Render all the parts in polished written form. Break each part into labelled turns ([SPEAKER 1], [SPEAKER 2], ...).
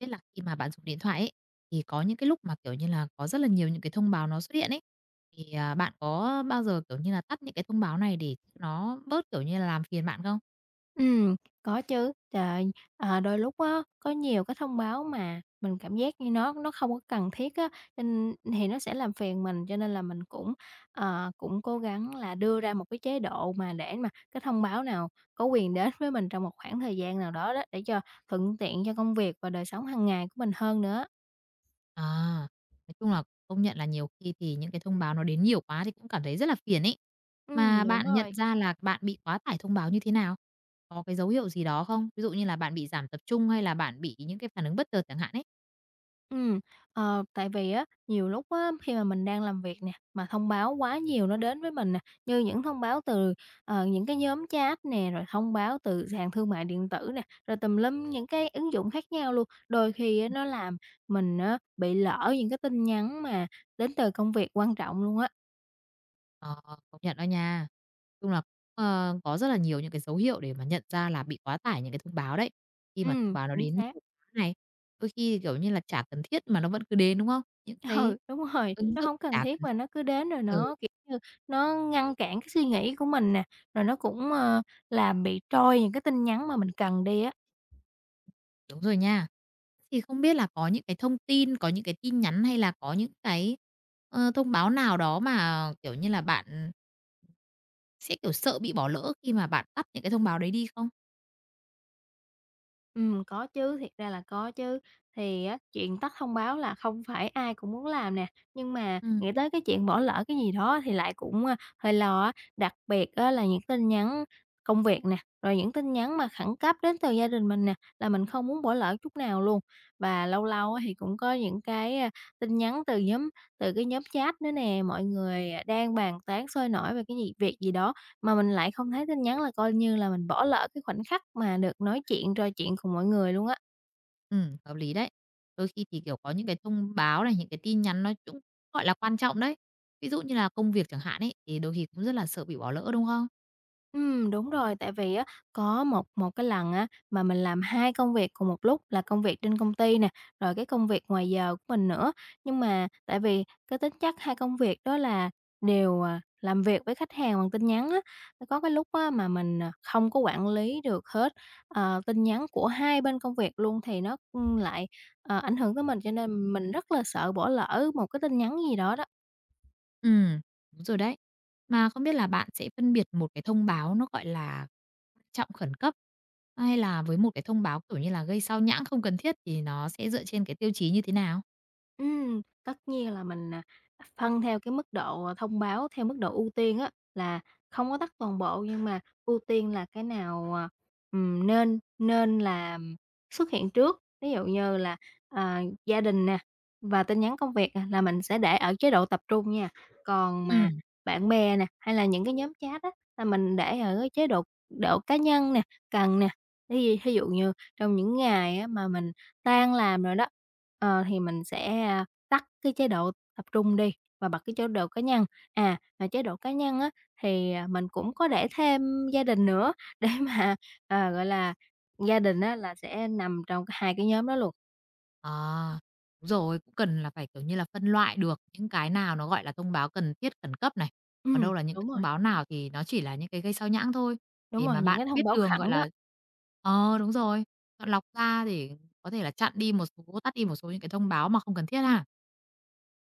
[SPEAKER 1] Biết là khi mà bạn dùng điện thoại ấy, thì có những cái lúc mà, kiểu như là, có rất là nhiều những cái thông báo nó xuất hiện ấy, thì, bạn có bao giờ, kiểu như là, tắt những cái thông báo này để nó bớt, kiểu như là, làm phiền bạn không?
[SPEAKER 2] Ừm, có chứ. Trời ơi, đôi lúc á, có nhiều cái thông báo mà mình cảm giác như nó không có cần thiết á, nên thì nó sẽ làm phiền mình, cho nên là mình cũng, cũng cố gắng là đưa ra một cái chế độ mà để mà cái thông báo nào có quyền đến với mình trong một khoảng thời gian nào đó đó, để cho thuận tiện cho công việc và đời sống hàng ngày của mình hơn nữa.
[SPEAKER 1] À, nói chung là công nhận là nhiều khi thì những cái thông báo nó đến nhiều quá thì cũng cảm thấy rất là phiền ấy. Mà
[SPEAKER 2] Đúng
[SPEAKER 1] bạn nhận
[SPEAKER 2] rồi.
[SPEAKER 1] ra là bạn bị quá tải thông báo như thế nào? Có cái dấu hiệu gì đó không? Ví dụ như là bạn bị giảm tập trung hay là bạn bị những cái phản ứng bất chợt chẳng hạn ấy?
[SPEAKER 2] Ừm, Tại vì á, nhiều lúc á, khi mà mình đang làm việc nè, mà thông báo quá nhiều nó đến với mình nè, như những thông báo từ, những cái nhóm chat nè, rồi thông báo từ sàn thương mại điện tử nè, rồi tùm lum những cái ứng dụng khác nhau luôn. Đôi khi á, nó làm mình á, bị lỡ những cái tin nhắn mà đến từ công việc quan trọng luôn á.
[SPEAKER 1] Ờ, công nhận đó nha. Chung là, cũng, có rất là nhiều những cái dấu hiệu để mà nhận ra là bị quá tải những cái thông báo đấy. Khi mà thông báo nó
[SPEAKER 2] Chính
[SPEAKER 1] đến
[SPEAKER 2] xác.
[SPEAKER 1] nhiều quá này, đôi khi, kiểu như là, chả cần thiết mà nó vẫn cứ đến, đúng không? Những cái
[SPEAKER 2] Ừ, đúng rồi,
[SPEAKER 1] ứng
[SPEAKER 2] nó
[SPEAKER 1] dụng
[SPEAKER 2] không cần
[SPEAKER 1] chả
[SPEAKER 2] thiết
[SPEAKER 1] cần
[SPEAKER 2] mà
[SPEAKER 1] thiết.
[SPEAKER 2] nó cứ đến rồi
[SPEAKER 1] Ừ,
[SPEAKER 2] nó, kiểu như, nó ngăn cản cái suy nghĩ của mình nè, rồi nó cũng, làm bị trôi những cái tin nhắn mà mình cần đi á.
[SPEAKER 1] đúng rồi nha. Thì không biết là có những cái thông tin, có những cái tin nhắn hay là có những cái, thông báo nào đó mà, kiểu như là, bạn sẽ, kiểu, sợ bị bỏ lỡ khi mà bạn tắt những cái thông báo đấy đi không?
[SPEAKER 2] Có chứ, thiệt ra là có chứ. Thì á, chuyện tắt thông báo là không phải ai cũng muốn làm nè, nhưng mà
[SPEAKER 1] Ừm.
[SPEAKER 2] nghĩ tới cái chuyện bỏ lỡ cái gì đó thì lại cũng, hơi lo á. Đặc biệt á là những tin nhắn công việc nè, rồi những tin nhắn mà khẩn cấp đến từ gia đình mình nè, là mình không muốn bỏ lỡ chút nào luôn. Và lâu lâu á thì cũng có những cái, tin nhắn từ nhóm từ cái nhóm chat nữa nè, mọi người, đang bàn tán sôi nổi về cái gì việc gì đó, mà mình lại không thấy tin nhắn là coi như là mình bỏ lỡ cái khoảnh khắc mà được nói chuyện, trò chuyện cùng mọi người luôn á.
[SPEAKER 1] Hợp lý đấy. Đôi khi thì, kiểu, có những cái thông báo này, những cái tin nhắn nó cũng, gọi là, quan trọng đấy. Ví dụ như là công việc chẳng hạn ấy, thì đôi khi cũng rất là sợ bị bỏ lỡ, đúng không?
[SPEAKER 2] Đúng rồi, tại vì á, có một một cái lần á, mà mình làm 2 công việc cùng một lúc là công việc trên công ty nè, rồi cái công việc ngoài giờ của mình nữa. Nhưng mà tại vì cái tính chất 2 công việc đó là đều, làm việc với khách hàng bằng tin nhắn á, có cái lúc á mà mình, không có quản lý được hết, tin nhắn của hai bên công việc luôn thì nó, lại, ảnh hưởng tới mình, cho nên mình rất là sợ bỏ lỡ một cái tin nhắn gì đó đó.
[SPEAKER 1] Ừm, đúng rồi đấy. Mà không biết là bạn sẽ phân biệt một cái thông báo nó, gọi là, quan trọng khẩn cấp, hay là với một cái thông báo, kiểu như là, gây xao nhãng không cần thiết thì nó sẽ dựa trên cái tiêu chí như thế nào?
[SPEAKER 2] Tất nhiên là mình, phân theo cái mức độ, thông báo theo mức độ ưu tiên á, là không có tắt toàn bộ nhưng mà ưu tiên là cái nào, nên nên là xuất hiện trước. Ví dụ như là, gia đình nè, và tin nhắn công việc nè là mình sẽ để ở chế độ tập trung nha. Còn mà
[SPEAKER 1] Ừm.
[SPEAKER 2] bạn bè nè, hay là những cái nhóm chat á, là mình để ở cái chế độ độ cá nhân nè, cần nè. Ví dụ như trong những ngày á mà mình tan làm rồi đó, thì mình sẽ, tắt cái chế độ tập trung đi và bật cái chế độ cá nhân. À, mà chế độ cá nhân á, thì, mình cũng có để thêm gia đình nữa để mà, gọi là, gia đình á là sẽ nằm trong hai cái nhóm đó luôn.
[SPEAKER 1] À, đúng rồi, cũng cần là phải, kiểu như là, phân loại được những cái nào nó, gọi là, thông báo cần thiết khẩn cấp này, còn
[SPEAKER 2] Ừm,
[SPEAKER 1] đâu là những cái
[SPEAKER 2] đúng rồi,
[SPEAKER 1] thông báo nào thì nó chỉ là những cái gây sao nhãng thôi,
[SPEAKER 2] đúng
[SPEAKER 1] để mà
[SPEAKER 2] rồi, những
[SPEAKER 1] bạn
[SPEAKER 2] cái thông
[SPEAKER 1] biết
[SPEAKER 2] báo
[SPEAKER 1] đường,
[SPEAKER 2] khẩn
[SPEAKER 1] gọi
[SPEAKER 2] đó.
[SPEAKER 1] là đúng rồi, chọn lọc ra để có thể là chặn đi một số, tắt đi một số những cái thông báo mà không cần thiết ha.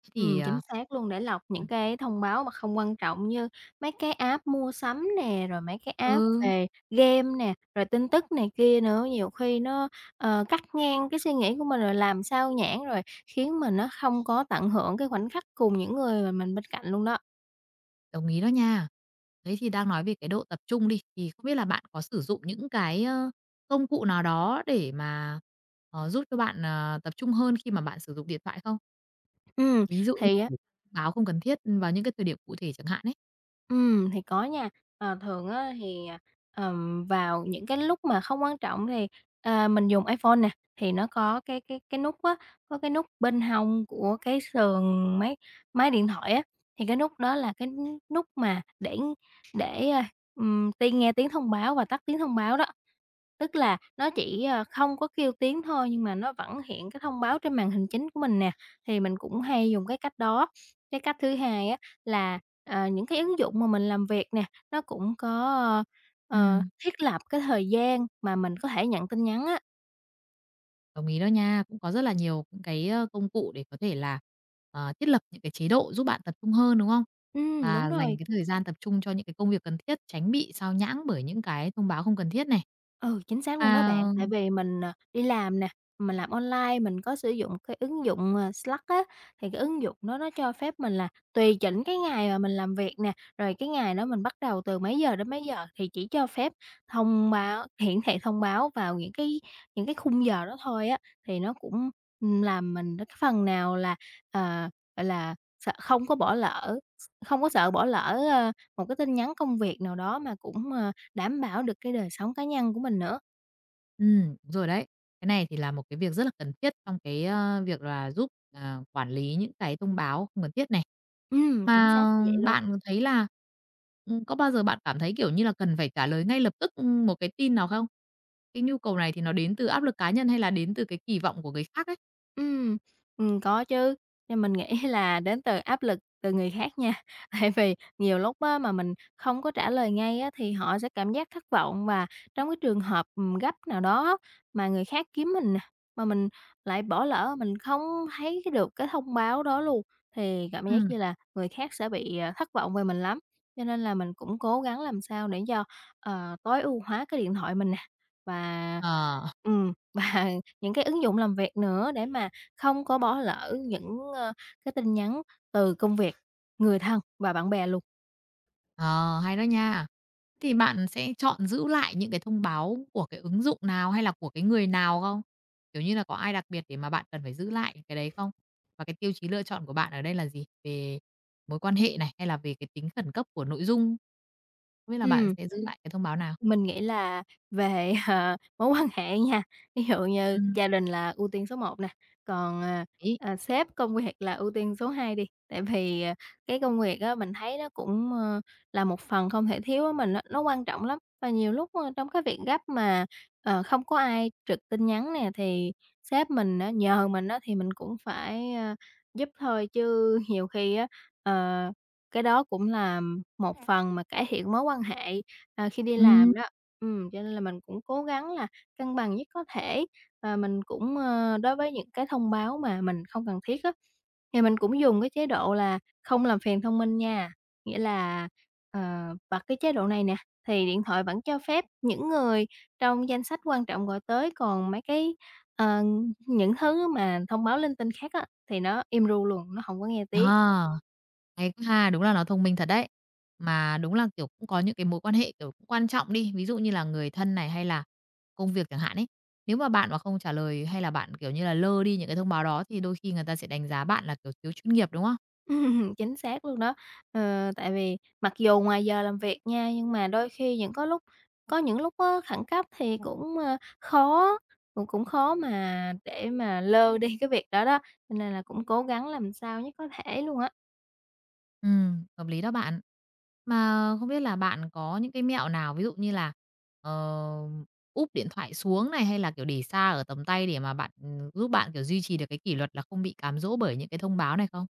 [SPEAKER 1] Thế thì,
[SPEAKER 2] Chính
[SPEAKER 1] ờ
[SPEAKER 2] xác luôn, để lọc những cái thông báo mà không quan trọng như mấy cái app mua sắm nè, rồi mấy cái
[SPEAKER 1] ừ,
[SPEAKER 2] app
[SPEAKER 1] ừ,
[SPEAKER 2] về game nè, rồi tin tức này kia nữa, nhiều khi nó, cắt ngang cái suy nghĩ của mình rồi làm sao nhãng, rồi khiến mình nó không có tận hưởng cái khoảnh khắc cùng những người mà mình bên cạnh luôn đó.
[SPEAKER 1] đồng ý đó nha. Thế thì đang nói về cái độ tập trung đi, thì không biết là bạn có sử dụng những cái, công cụ nào đó để mà, giúp cho bạn, tập trung hơn khi mà bạn sử dụng điện thoại không?
[SPEAKER 2] Ừm,
[SPEAKER 1] Ví dụ như
[SPEAKER 2] thì,
[SPEAKER 1] là báo không cần thiết ừ, vào những cái thời điểm cụ thể chẳng hạn ấy.
[SPEAKER 2] Thì có nha. Ờ, thường á thì, vào những cái lúc mà không quan trọng thì, mình dùng iPhone nè, thì nó có cái nút á, có cái nút bên hông của cái sườn máy máy điện thoại á, thì cái nút đó là cái nút mà để ti nghe tiếng thông báo và tắt tiếng thông báo đó. Tức là nó chỉ, không có kêu tiếng thôi nhưng mà nó vẫn hiện cái thông báo trên màn hình chính của mình nè, thì mình cũng hay dùng cái cách đó. Cái cách thứ hai á là, những cái ứng dụng mà mình làm việc nè, nó cũng có,
[SPEAKER 1] Ừm,
[SPEAKER 2] thiết lập cái thời gian mà mình có thể nhận tin nhắn á.
[SPEAKER 1] đồng ý đó nha, cũng có rất là nhiều những cái, công cụ để có thể là, thiết lập những cái chế độ giúp bạn tập trung hơn, đúng không?
[SPEAKER 2] Đúng
[SPEAKER 1] Và dành
[SPEAKER 2] rồi.
[SPEAKER 1] cái thời gian tập trung cho những cái công việc cần thiết, tránh bị sao nhãng bởi những cái thông báo không cần thiết này.
[SPEAKER 2] Ừ, chính xác luôn đó
[SPEAKER 1] À.
[SPEAKER 2] bạn. Tại vì mình, đi làm nè, mình làm online mình có sử dụng cái ứng dụng, Slack á, thì cái ứng dụng đó nó cho phép mình là tùy chỉnh cái ngày mà mình làm việc nè, rồi cái ngày đó mình bắt đầu từ mấy giờ đến mấy giờ thì chỉ cho phép thông báo hiển thị thông báo vào những cái khung giờ đó thôi á. Thì nó cũng, làm mình cái phần nào là, ờ, gọi là, sợ không có bỏ lỡ, không có sợ bỏ lỡ, một cái tin nhắn công việc nào đó mà cũng, đảm bảo được cái đời sống cá nhân của mình nữa.
[SPEAKER 1] Đúng rồi đấy. Cái này thì là một cái việc rất là cần thiết trong cái, việc là giúp, quản lý những cái thông báo không cần thiết này.
[SPEAKER 2] Chính xác
[SPEAKER 1] Mà
[SPEAKER 2] là vậy.
[SPEAKER 1] bạn có thấy là, có bao giờ bạn cảm thấy, kiểu như là, cần phải trả lời ngay lập tức, một cái tin nào không? Cái nhu cầu này thì nó đến từ áp lực cá nhân hay là đến từ cái kỳ vọng của người khác ấy?
[SPEAKER 2] Ừm, có chứ, nhưng mình nghĩ là đến từ áp lực từ người khác nha. Tại vì nhiều lúc á mà mình không có trả lời ngay á thì họ sẽ cảm giác thất vọng và trong cái trường hợp, gấp nào đó mà người khác kiếm mình nè, mà mình lại bỏ lỡ, mình không thấy được cái thông báo đó luôn, thì cảm giác
[SPEAKER 1] Ừm.
[SPEAKER 2] như là người khác sẽ bị, thất vọng về mình lắm. Cho nên là mình cũng cố gắng làm sao để cho, tối ưu hóa cái điện thoại mình nè, và
[SPEAKER 1] Ờ.
[SPEAKER 2] và những cái ứng dụng làm việc nữa để mà không có bỏ lỡ những, cái tin nhắn từ công việc, người thân và bạn bè luôn.
[SPEAKER 1] Ờ, hay đó nha. Thì bạn sẽ chọn giữ lại những cái thông báo của cái ứng dụng nào hay là của cái người nào không? Kiểu như là có ai đặc biệt để mà bạn cần phải giữ lại cái đấy không? Và cái tiêu chí lựa chọn của bạn ở đây là gì? Về mối quan hệ này hay là về cái tính khẩn cấp của nội dung? Không biết là bạn
[SPEAKER 2] Ừm.
[SPEAKER 1] sẽ giữ lại cái thông báo nào?
[SPEAKER 2] Mình nghĩ là về, mối quan hệ nha, ví dụ như
[SPEAKER 1] Ừ.
[SPEAKER 2] gia đình là ưu tiên số một nè, còn,
[SPEAKER 1] Ý.
[SPEAKER 2] sếp, công việc là ưu tiên số 2 đi. Tại vì, cái công việc á mình thấy nó cũng, là một phần không thể thiếu với mình á, nó quan trọng lắm. Và nhiều lúc, trong cái việc gấp mà, không có ai trực tin nhắn nè, thì sếp mình á nhờ mình á thì mình cũng phải, giúp thôi, chứ nhiều khi á, ờ, cái đó cũng là một phần mà cải thiện mối quan hệ. Ờ, khi đi
[SPEAKER 1] Ừ.
[SPEAKER 2] làm đó. Cho nên là mình cũng cố gắng là cân bằng nhất có thể, và mình cũng, đối với những cái thông báo mà mình không cần thiết á, thì mình cũng dùng cái chế độ là không làm phiền thông minh nha. Nghĩa là, ờ, bật cái chế độ này nè, thì điện thoại vẫn cho phép những người trong danh sách quan trọng gọi tới, còn mấy cái, ờ, những thứ mà thông báo linh tinh khác á, thì nó im ru luôn, nó không có nghe tiếng.
[SPEAKER 1] Ờ, hay quá ha, đúng là nó thông minh thật đấy. Mà đúng là, kiểu, cũng có những cái mối quan hệ, kiểu, cũng quan trọng đi, ví dụ như là người thân này hay là công việc chẳng hạn ấy. Nếu mà bạn mà không trả lời hay là bạn, kiểu như là, lơ đi những cái thông báo đó thì đôi khi người ta sẽ đánh giá bạn là, kiểu, thiếu chuyên nghiệp, đúng không?
[SPEAKER 2] Chính xác luôn đó. Ờ, tại vì mặc dù ngoài giờ làm việc nha, nhưng mà đôi khi những có lúc có những lúc á khẩn cấp thì cũng, khó cũng cũng khó mà để mà lơ đi cái việc đó đó, cho nên là cũng cố gắng làm sao nhất có thể luôn á.
[SPEAKER 1] Ừ, hợp lý đó bạn. Mà không biết là bạn có những cái mẹo nào, ví dụ như là, ờ, úp điện thoại xuống này, hay là, kiểu, để xa ở tầm tay để mà bạn, ừ, giúp bạn, kiểu, duy trì được cái kỷ luật là không bị cám dỗ bởi những cái thông báo này không?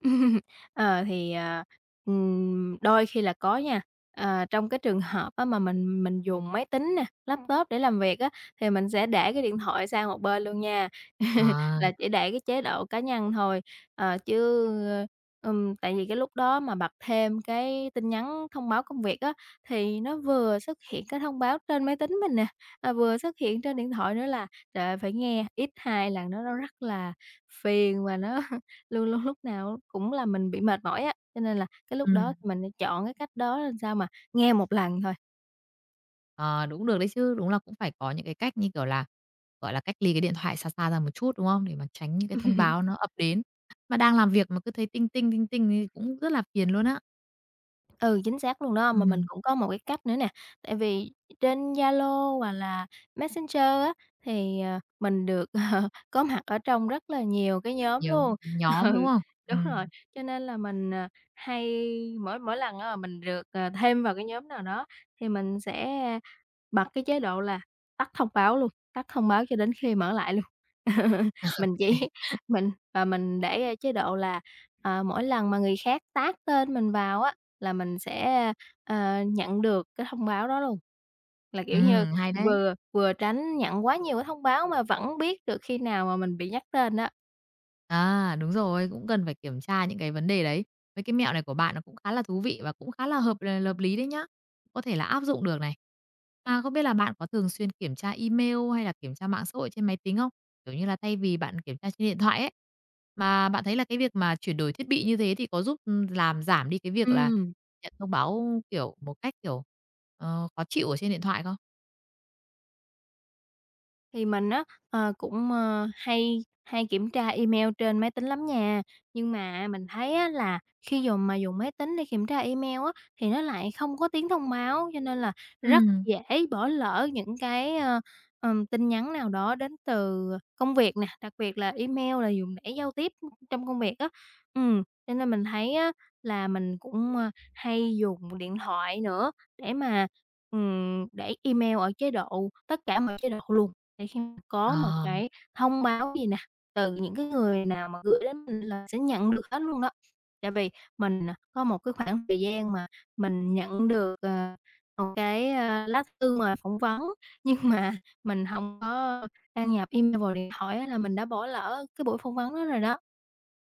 [SPEAKER 2] Ờ, thì, ờ, Đôi khi là có nha. Ờ, trong cái trường hợp á mà mình dùng máy tính nè, laptop để làm việc á, thì mình sẽ để cái điện thoại sang một bên luôn nha,
[SPEAKER 1] À,
[SPEAKER 2] là chỉ để cái chế độ cá nhân thôi. Ờ, chứ, Tại vì cái lúc đó mà bật thêm cái tin nhắn thông báo công việc á, thì nó vừa xuất hiện cái thông báo trên máy tính mình nè, vừa xuất hiện trên điện thoại nữa là, trời ơi, phải nghe ít hai lần đó nó rất là phiền và nó luôn luôn lúc nào cũng là mình bị mệt mỏi á, cho nên là cái
[SPEAKER 1] ừ.
[SPEAKER 2] lúc đó thì mình sẽ chọn cái cách đó làm sao mà nghe một lần thôi.
[SPEAKER 1] Ờ, đúng được đấy chứ, đúng là cũng phải có những cái cách như kiểu là, gọi là, cách ly cái điện thoại xa xa ra một chút, đúng không? Để mà tránh những cái thông báo nó ập đến. Mà đang làm việc mà cứ thấy tinh tinh tinh tinh thì cũng rất là phiền luôn á.
[SPEAKER 2] Ừ, chính xác luôn đó, mà mình
[SPEAKER 1] Ừm,
[SPEAKER 2] cũng có một cái cách nữa nè, tại vì trên Zalo hoặc là Messenger á, thì, mình được, có mặt ở trong rất là nhiều cái nhóm
[SPEAKER 1] nhiều
[SPEAKER 2] luôn.
[SPEAKER 1] những cái nhóm, đúng
[SPEAKER 2] Ừ,
[SPEAKER 1] không?
[SPEAKER 2] đúng rồi,
[SPEAKER 1] Ừm,
[SPEAKER 2] cho nên là mình, hay mỗi mỗi lần á, mà mình được, thêm vào cái nhóm nào đó thì mình sẽ bật cái chế độ là tắt thông báo luôn, tắt thông báo cho đến khi mở lại luôn. Mình chỉ mình và mình để chế độ là, mỗi lần mà người khác tag tên mình vào á, là mình sẽ, nhận được cái thông báo đó luôn. Là, kiểu như,
[SPEAKER 1] hay đấy.
[SPEAKER 2] vừa vừa tránh nhận quá nhiều cái thông báo mà vẫn biết được khi nào mà mình bị nhắc tên đó.
[SPEAKER 1] À, đúng rồi, cũng cần phải kiểm tra những cái vấn đề đấy. Mấy cái mẹo này của bạn nó cũng khá là thú vị và cũng khá là hợp lý đấy nhá, có thể là áp dụng được này. Mà không biết là bạn có thường xuyên kiểm tra email hay là kiểm tra mạng xã hội trên máy tính không? Kiểu như là, thay vì bạn kiểm tra trên điện thoại ấy, mà bạn thấy là cái việc mà chuyển đổi thiết bị như thế thì có giúp, làm giảm đi cái việc là
[SPEAKER 2] Ừm.
[SPEAKER 1] nhận thông báo, kiểu, một cách, kiểu, khó chịu ở trên điện thoại không?
[SPEAKER 2] Thì mình á, cũng, hay hay kiểm tra email trên máy tính lắm nha, nhưng mà mình thấy á là khi dùng máy tính để kiểm tra email á, thì nó lại không có tiếng thông báo, cho nên là rất
[SPEAKER 1] Ừm.
[SPEAKER 2] dễ bỏ lỡ những cái, tin nhắn nào đó đến từ công việc nè, đặc biệt là email là dùng để giao tiếp trong công việc á. Cho nên mình thấy á là mình cũng, hay dùng điện thoại nữa để mà, để email ở chế độ tất cả mọi chế độ luôn. Thì khi mà có một
[SPEAKER 1] Ờ.
[SPEAKER 2] cái thông báo gì nè, từ những cái người nào mà gửi đến mình là sẽ nhận được hết luôn đó. Tại vì mình, có một cái khoảng thời gian mà mình nhận được, một cái, lá thư mời phỏng vấn, nhưng mà mình không có đăng nhập email vào điện thoại á là mình đã bỏ lỡ cái buổi phỏng vấn đó rồi đó.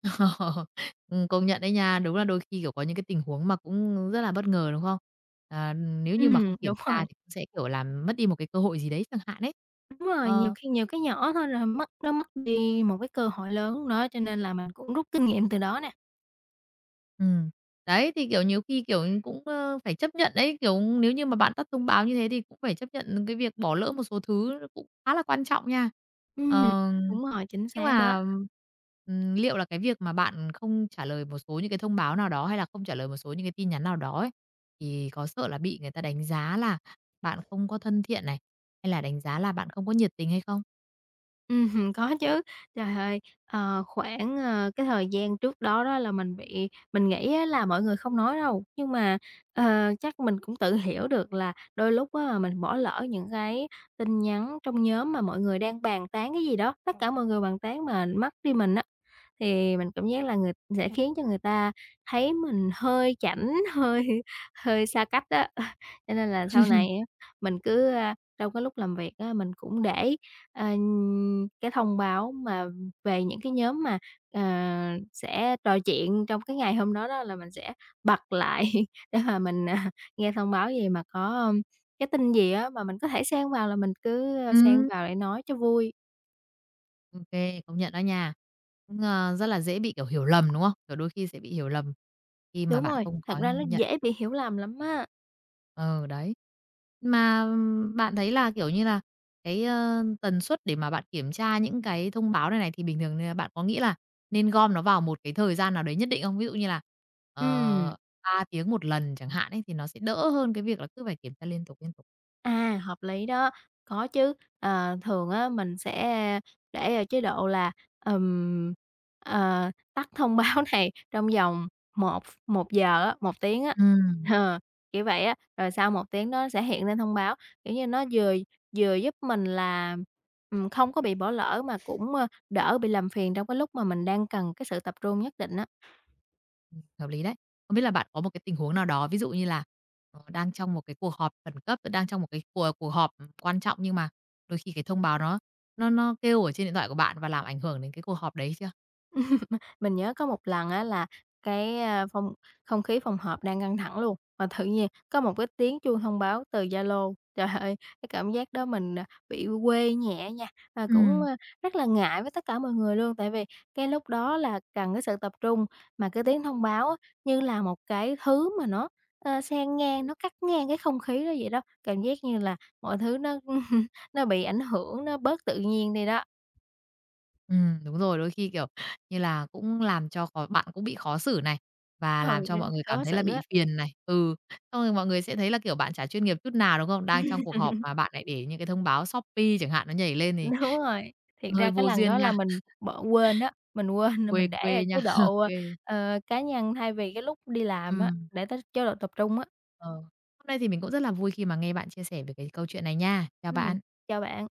[SPEAKER 1] Ờ, công nhận đấy nha. Đúng là đôi khi, kiểu, có những cái tình huống mà cũng rất là bất ngờ, đúng không? À, nếu như mà
[SPEAKER 2] Ừm,
[SPEAKER 1] không kiểm
[SPEAKER 2] đúng
[SPEAKER 1] tra
[SPEAKER 2] rồi,
[SPEAKER 1] thì cũng sẽ, kiểu, làm mất đi một cái cơ hội gì đấy chẳng hạn ấy.
[SPEAKER 2] đúng rồi, nhiều
[SPEAKER 1] Ờ.
[SPEAKER 2] khi nhiều cái nhỏ thôi là mất mất đi một cái cơ hội lớn đó, cho nên là mình cũng rút kinh nghiệm từ đó nè.
[SPEAKER 1] Ừm. Đấy, thì, kiểu, nhiều khi, kiểu, cũng, phải chấp nhận đấy, kiểu, nếu như mà bạn tắt thông báo như thế thì cũng phải chấp nhận cái việc bỏ lỡ một số thứ nó cũng khá là quan trọng nha.
[SPEAKER 2] Ừm,
[SPEAKER 1] Ờ,
[SPEAKER 2] đúng rồi, chính
[SPEAKER 1] nhưng
[SPEAKER 2] xác đó.
[SPEAKER 1] mà, liệu là cái việc mà bạn không trả lời một số những cái thông báo nào đó hay là không trả lời một số những cái tin nhắn nào đó ấy, thì có sợ là bị người ta đánh giá là bạn không có thân thiện này, hay là đánh giá là bạn không có nhiệt tình hay không?
[SPEAKER 2] Có chứ. Trời ơi, khoảng, cái thời gian trước đó đó là mình nghĩ á là mọi người không nói đâu, nhưng mà, chắc mình cũng tự hiểu được là đôi lúc á mình bỏ lỡ những cái tin nhắn trong nhóm mà mọi người đang bàn tán cái gì đó, tất cả mọi người bàn tán mà mất đi mình á, thì mình cảm giác là sẽ khiến cho người ta thấy mình hơi chảnh, hơi hơi xa cách á. Cho nên là sau này á, mình cứ, trong cái lúc làm việc á, mình cũng để ờ, cái thông báo mà về những cái nhóm mà, ờ, sẽ trò chuyện trong cái ngày hôm đó đó là mình sẽ bật lại để mà mình, nghe thông báo gì mà có, cái tin gì á mà mình có thể xen vào là mình cứ, xen
[SPEAKER 1] Ừ,
[SPEAKER 2] vào để nói cho vui.
[SPEAKER 1] OK công nhận đó nha. Cũng, rất là dễ bị, kiểu, hiểu lầm, đúng không? Kiểu, đôi khi sẽ bị hiểu lầm khi mà
[SPEAKER 2] Đúng
[SPEAKER 1] bạn
[SPEAKER 2] rồi,
[SPEAKER 1] không
[SPEAKER 2] thật
[SPEAKER 1] có
[SPEAKER 2] ra nó
[SPEAKER 1] nhận
[SPEAKER 2] dễ bị hiểu lầm lắm á.
[SPEAKER 1] ờ, đấy. Mà bạn thấy là, kiểu như là, cái, tần suất để mà bạn kiểm tra những cái thông báo này này thì bình thường, bạn có nghĩ là nên gom nó vào một cái thời gian nào đấy nhất định không? Ví dụ như là,
[SPEAKER 2] Ừm.
[SPEAKER 1] ờ, 3 tiếng một lần chẳng hạn ấy, thì nó sẽ đỡ hơn cái việc là cứ phải kiểm tra liên tục, liên tục.
[SPEAKER 2] À, hợp lý đó, có chứ. Ờ, thường á mình sẽ để ở chế độ là, ừm, tắt thông báo này trong vòng một một giờ á, 1 tiếng á,
[SPEAKER 1] Ừm.
[SPEAKER 2] ờ, kiểu vậy á. Rồi sau một tiếng nó sẽ hiện lên thông báo, kiểu như, nó vừa vừa giúp mình là, không có bị bỏ lỡ mà cũng, đỡ bị làm phiền trong cái lúc mà mình đang cần cái sự tập trung nhất định á.
[SPEAKER 1] Hợp lý đấy. Không biết là bạn có một cái tình huống nào đó, ví dụ như là, đang trong một cái cuộc họp khẩn cấp, đang trong một cái cuộc cuộc họp, quan trọng nhưng mà đôi khi cái thông báo nó nó kêu ở trên điện thoại của bạn và làm ảnh hưởng đến cái cuộc họp đấy chưa?
[SPEAKER 2] Mình nhớ có một lần á là cái, không khí phòng họp đang căng thẳng luôn, mà tự nhiên có một cái tiếng chuông thông báo từ Zalo. Trời ơi, cái cảm giác đó mình, bị quê nhẹ nha, và cũng,
[SPEAKER 1] Ừm.
[SPEAKER 2] rất là ngại với tất cả mọi người luôn, tại vì cái lúc đó là cần cái sự tập trung, mà cái tiếng thông báo á như là một cái thứ mà nó, xen ngang, nó cắt ngang cái không khí đó vậy đó. Cảm giác như là mọi thứ nó bị ảnh hưởng, nó bớt tự nhiên đi đó.
[SPEAKER 1] Đúng rồi, đôi khi, kiểu như là, cũng làm cho bạn cũng bị khó xử này, và làm
[SPEAKER 2] Hồi
[SPEAKER 1] cho
[SPEAKER 2] nên
[SPEAKER 1] mọi người cảm
[SPEAKER 2] khó
[SPEAKER 1] thấy
[SPEAKER 2] xử
[SPEAKER 1] là bị
[SPEAKER 2] á.
[SPEAKER 1] phiền này. Ừ, xong rồi mọi người sẽ thấy là, kiểu, bạn chả chuyên nghiệp chút nào, đúng không? Đang trong cuộc họp mà bạn lại để những cái thông báo Shopee chẳng hạn nó nhảy lên thì
[SPEAKER 2] Đúng rồi, thiệt
[SPEAKER 1] hơi
[SPEAKER 2] ra cái
[SPEAKER 1] vô
[SPEAKER 2] lần
[SPEAKER 1] duyên
[SPEAKER 2] đó là
[SPEAKER 1] nha,
[SPEAKER 2] mình bỏ quên á, mình quên là
[SPEAKER 1] quê
[SPEAKER 2] mình để
[SPEAKER 1] quê
[SPEAKER 2] ở
[SPEAKER 1] nha.
[SPEAKER 2] chế độ,
[SPEAKER 1] OK kê,
[SPEAKER 2] cá nhân thay vì cái lúc đi làm á, để tới chế độ tập trung á.
[SPEAKER 1] Ờ, hôm nay thì mình cũng rất là vui khi mà nghe bạn chia sẻ về cái câu chuyện này nha. Chào
[SPEAKER 2] Ừm,
[SPEAKER 1] bạn.
[SPEAKER 2] chào bạn.